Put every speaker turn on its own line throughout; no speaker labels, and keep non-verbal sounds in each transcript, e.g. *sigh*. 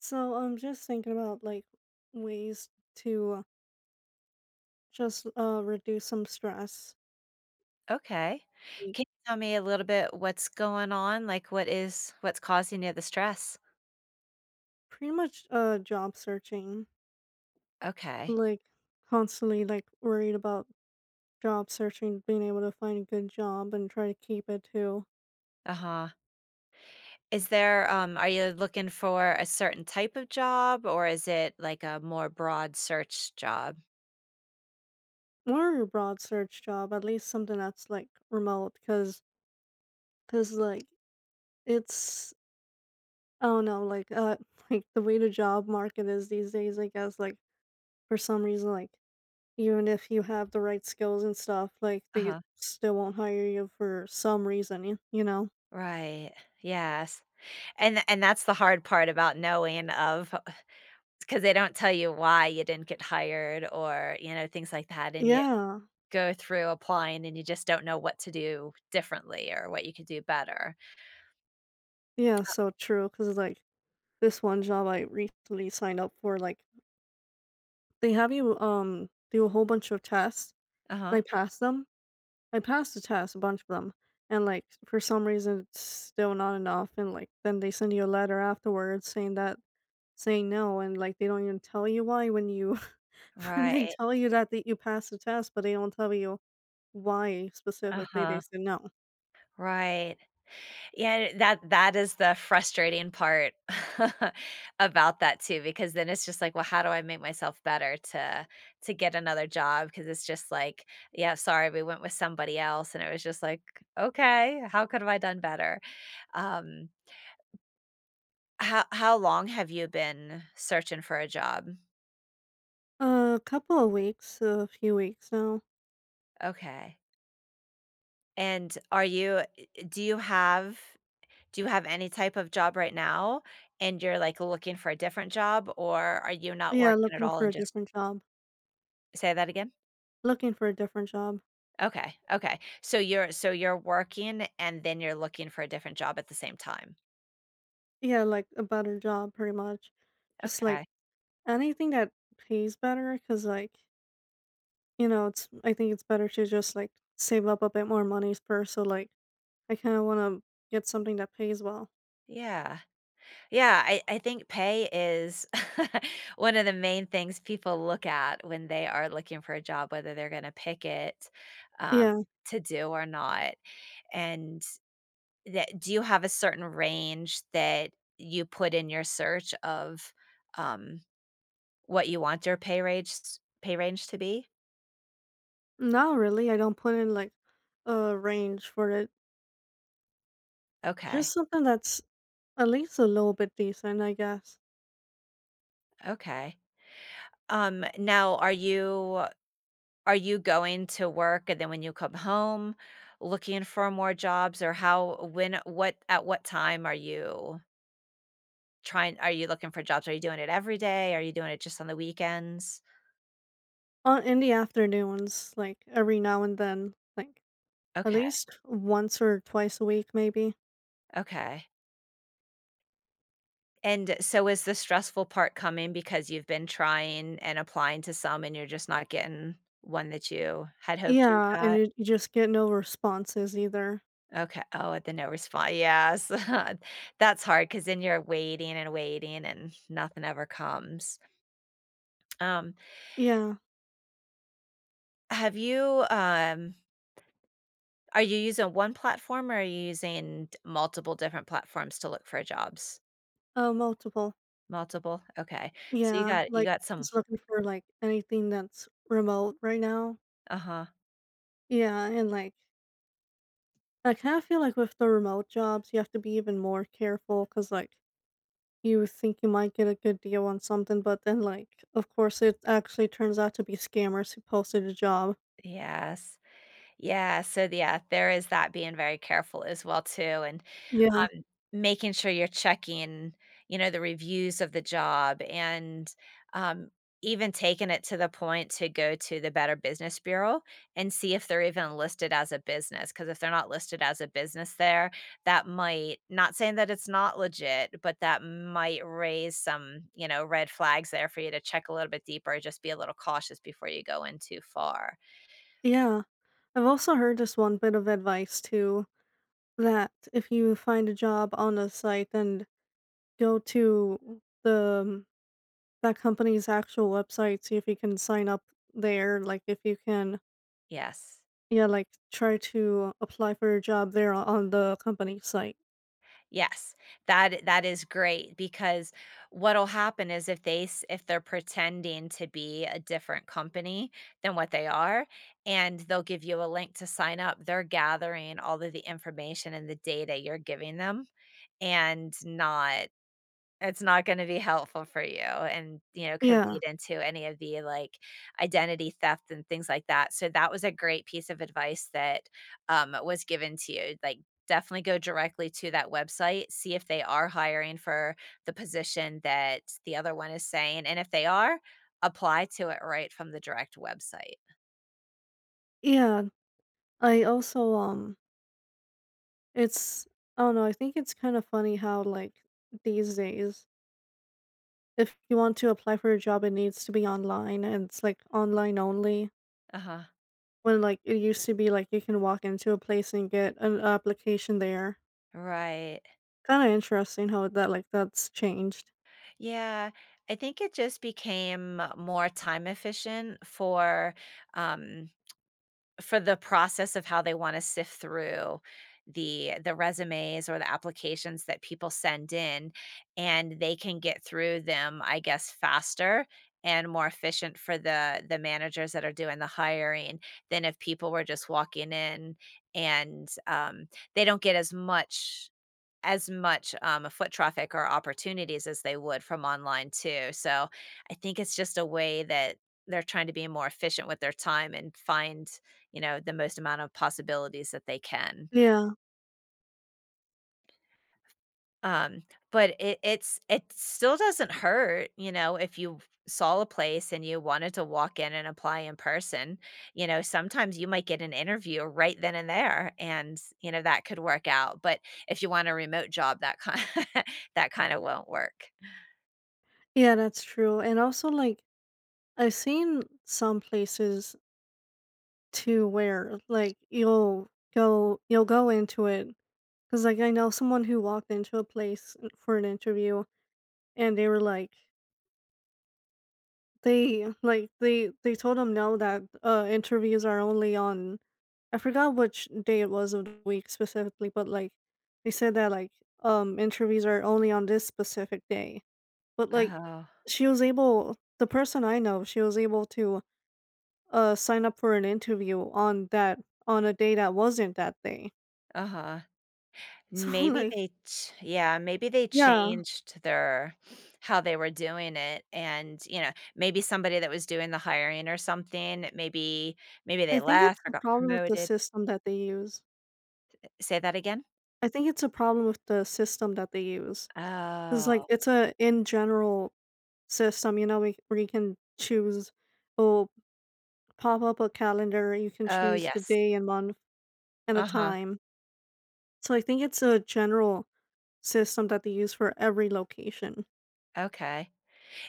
So I'm just thinking about ways to just reduce some stress.
Okay.
Like,
Can you tell me a little bit what's going on? Like what's causing you the stress?
pretty much job searching.
Okay.
Like constantly like worried about job searching, being able to find a good job and try to keep it to
Uh-huh. Is there Are you looking for a certain type of job, or is it like a more broad search job?
more a broad search job, at least something that's like remote because cause 'cause, like it's I don't know, like *laughs* like the way the job market is these days, I guess like for some reason like even if you have the right skills and stuff, like, they
Uh-huh.
still won't hire you for some reason, y you know?
Right. Yes. And that's the hard part about knowing of, because they don't tell you why you didn't get hired or, you know, things like that, and you
Yeah.
go through applying and you just don't know what to do differently or what you could do better.
Yeah, so true. 'Cause like, this one job I recently signed up for, like, they have you, do a whole bunch of tests, and
Uh-huh.
I passed them. I passed the test, a bunch of them, and, like, for some reason, it's still not enough, and, like, then they send you a letter afterwards saying no, and, like, they don't even tell you why when you *laughs* when they
Right.
tell you that you passed the test, but they don't tell you why specifically they
Uh-huh.
said no.
Right. Yeah, that is the frustrating part *laughs* about that too, because then it's just like, well, how do I make myself better to get another job? Because it's just like, yeah, sorry, we went with somebody else, and it was just like, okay, how could have I done better? Um, how long have you been searching for a job?
A couple of weeks, a few weeks now.
Okay. And are you do you have Do you have any type of job right now, and you're, like, looking for a different job, or are you not
Yeah,
working at
looking
all
for a
and just.
different job.
Say that again?
Looking for a different job.
Okay, okay. So you're working and then you're looking for a different job at the same time.
Yeah, like a better job pretty much. Just like
Okay.
anything that pays better because like, you know, it's I think it's better to just like save up a bit more money first. So like I kinda wanna get something that pays well.
Yeah. Yeah, I think pay is *laughs* one of the main things people look at when they are looking for a job, whether they're gonna pick it, um,
Yeah.
to do or not, and That do you have a certain range that you put in your search of, um, what you want your pay range to be?
Not really. I don't put in like a range for it.
Okay,
Just something that's at least a little bit decent, I guess.
okay. Now are you going to work and then when you come home looking for more jobs, or how when what at what time are you trying are you looking for jobs? Are you doing it every day? Are you doing it just on the weekends?
In the afternoons, like, every now and then, like, at
Okay,
least once or twice a week, maybe.
okay. And so is the stressful part coming because you've been trying and applying to some and you're just not getting one that you had hoped you
Yeah, and
got?
you just get no responses either.
Okay. Oh, at the no response. Yes. *laughs* That's hard because then you're waiting and waiting and nothing ever comes. Um,
Yeah.
have you Are you using one platform, or are you using multiple different platforms to look for jobs?
Multiple.
Multiple? Okay. So you
Yeah,
got you
like,
got
I'm
some.
just looking for, like, anything that's remote right now.
Uh-huh.
Yeah, and, like, I kinda feel like with the remote jobs, you have to be even more careful because like, you think you might get a good deal on something, but then, like, of course, it actually turns out to be scammers who posted a job.
Yes. Yeah, so yeah, there is that, being very careful as well too, and
Yeah.
making sure you're checking the reviews of the job, and um even taking it to the point to go to the Better Business Bureau and see if they're even listed as a business. Because if they're not listed as a business there, that might, not saying that it's not legit, but that might raise some red flags there for you to check a little bit deeper, just be a little cautious before you go in too far.
Yeah. I've also heard this one bit of advice too that if you find a job on a site then go to the that company's actual website, see if you can sign up there, like if you can
Yes.
yeah, like try to apply for a job there on the company site.
Yes, that is great, because what'll happen is, if they're pretending to be a different company than what they are, and they'll give you a link to sign up, they're gathering all of the information and the data you're giving them, and not it's not gonna be helpful for you and could
Yeah.
lead into any of the, like, identity theft and things like that, so that was a great piece of advice that, was given to you. Like, definitely go directly to that website, see if they are hiring for the position that the other one is saying, and if they are, apply to it right from the direct website.
Yeah. I also it's I don't know, I think it's kind of funny how like these days if you want to apply for a job it needs to be online and it's like online only
Uh-huh.
when, like, it used to be, like, you can walk into a place and get an application there.
Right.
Kinda interesting how that, like, that's changed.
Yeah, I think it just became more time efficient for, um for the process of how they wanna sift through the resumes or the applications that people send in, and they can get through them, I guess, faster and more efficient for the managers that are doing the hiring than if people were just walking in, and, they don't get as much foot traffic or opportunities as they would from online too. So I think it's just a way that they're trying to be more efficient with their time and find, you know, the most amount of possibilities that they can,
Yeah.
um, but it still doesn't hurt, you know, if you saw a place and you wanted to walk in and apply in person, sometimes you might get an interview right then and there, and that could work out. But if you want a remote job, that kind *laughs* that kinda won't work.
Yeah, that's true, and also, like, I've seen some places too where, like, you'll go into it because like, I know someone who walked into a place, for an interview, and they were like they like, they told him no that, interviews are only on I forgot which day it was of the week specifically, but, like, they said that, like, interviews are only on this specific day, but, like,
Oh,
she was able the person I know, she was able to, sign up for an interview on a day that wasn't that day. *laughs*
uh-huh.
So,
Maybe
like
they ch yeah, maybe they
yeah,
changed their, how they were doing it, and, you know, maybe somebody that was doing the hiring or something, maybe maybe
I
they
think it's
left or
a
got
problem with the
promoted.
system that they use.
Say that again?
I think it's a problem with the system that they use. 'Cause, like,
Oh.
it's a in general system, you know, we where you can choose oh, pop up a calendar, you can
Oh,
choose the
yes.
day and month and the
Uh-huh.
time. So I think it's a general system that they use for every location.
Okay.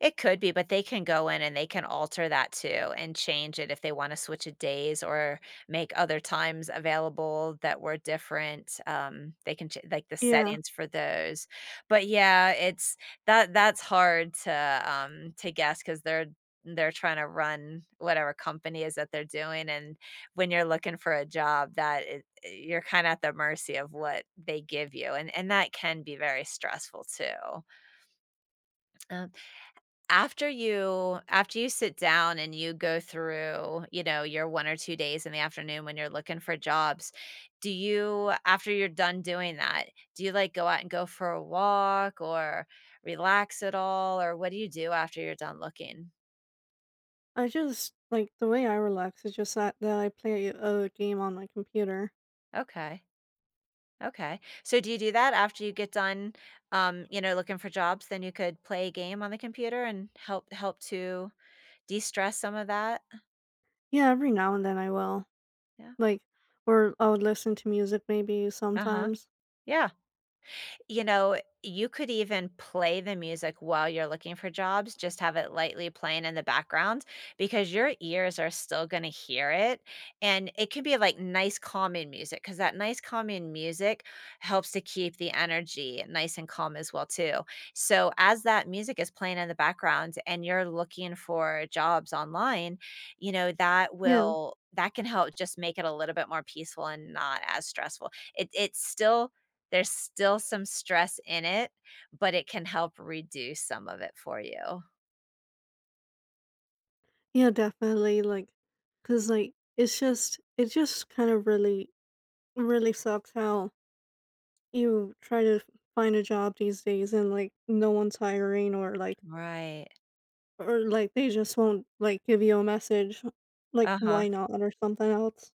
It could be, but they can go in and they can alter that too and change it if they wanna switch a days or make other times available that were different, they can ch like, the
Yeah.
settings for those. But, yeah, it's that that's hard to guess, because they 'cause they're trying to run whatever company is that they're doing, and when you're looking for a job, that it you're kinda at the mercy of what they give you, and that can be very stressful too. Um After you sit down and you go through, you know, your 1 or 2 days in the afternoon when you're looking for jobs, do you, after you're done doing that, like, go out and go for a walk or relax at all, or what do you do after you're done looking?
I just like, the way I relax is just that I play a game on my computer.
Okay, okay. So do you do that after you get done, looking for jobs, then you could play a game on the computer and help to de-stress some of that?
Yeah, every now and then I will.
Yeah.
Like, or I would listen to music maybe
Uh-huh.
sometimes.
Yeah. You know, you could even play the music while you're looking for jobs, just have it lightly playing in the background, because your ears are still going to hear it. And it can be like nice, calming music, because that nice, calming music helps to keep the energy nice and calm as well, too. So, as that music is playing in the background and you're looking for jobs online, that
Yeah.
will. That can help just make it a little bit more peaceful and not as stressful. It, it's still There's still some stress in it, but it can help reduce some of it for you.
Yeah, definitely, like, cause like, it just kind of really really sucks how you try to find a job these days and like no one's hiring,
Right.
or like they just won't like give you a message like
Uh-huh.
why not or something else.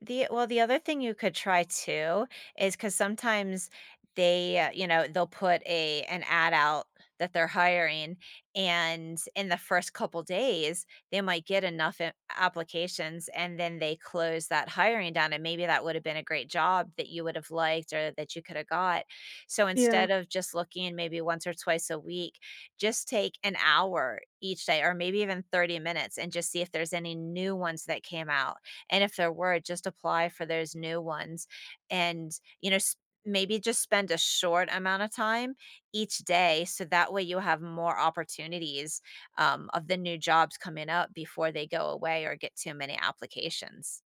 The Well, the other thing you could try too is, because sometimes they'll put a an ad out that they're hiring, and in the first couple days, they might get enough a applications, and then they close that hiring down, and maybe that would've been a great job that you would've liked or that you coulda got. So
Yeah.
instead of just looking maybe once or twice a week, just take an hour each day or maybe even 30 minutes and just see if there's any new ones that came out, and if there were, just apply for those new ones and, you know, s maybe just spend a short amount of time each day, so that way you have more opportunities, of the new jobs coming up before they go away or get too many applications.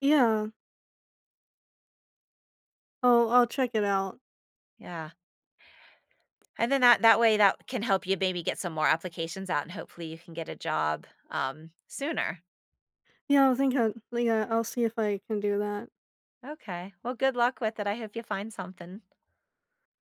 Yeah. Oh, I'll check it out.
Yeah, and then that way, that can help you maybe get some more applications out, and hopefully you can get a job, sooner.
Yeah, I think I yeah, I'll see if I can do that.
Okay, well, good luck with it. I hope you find something.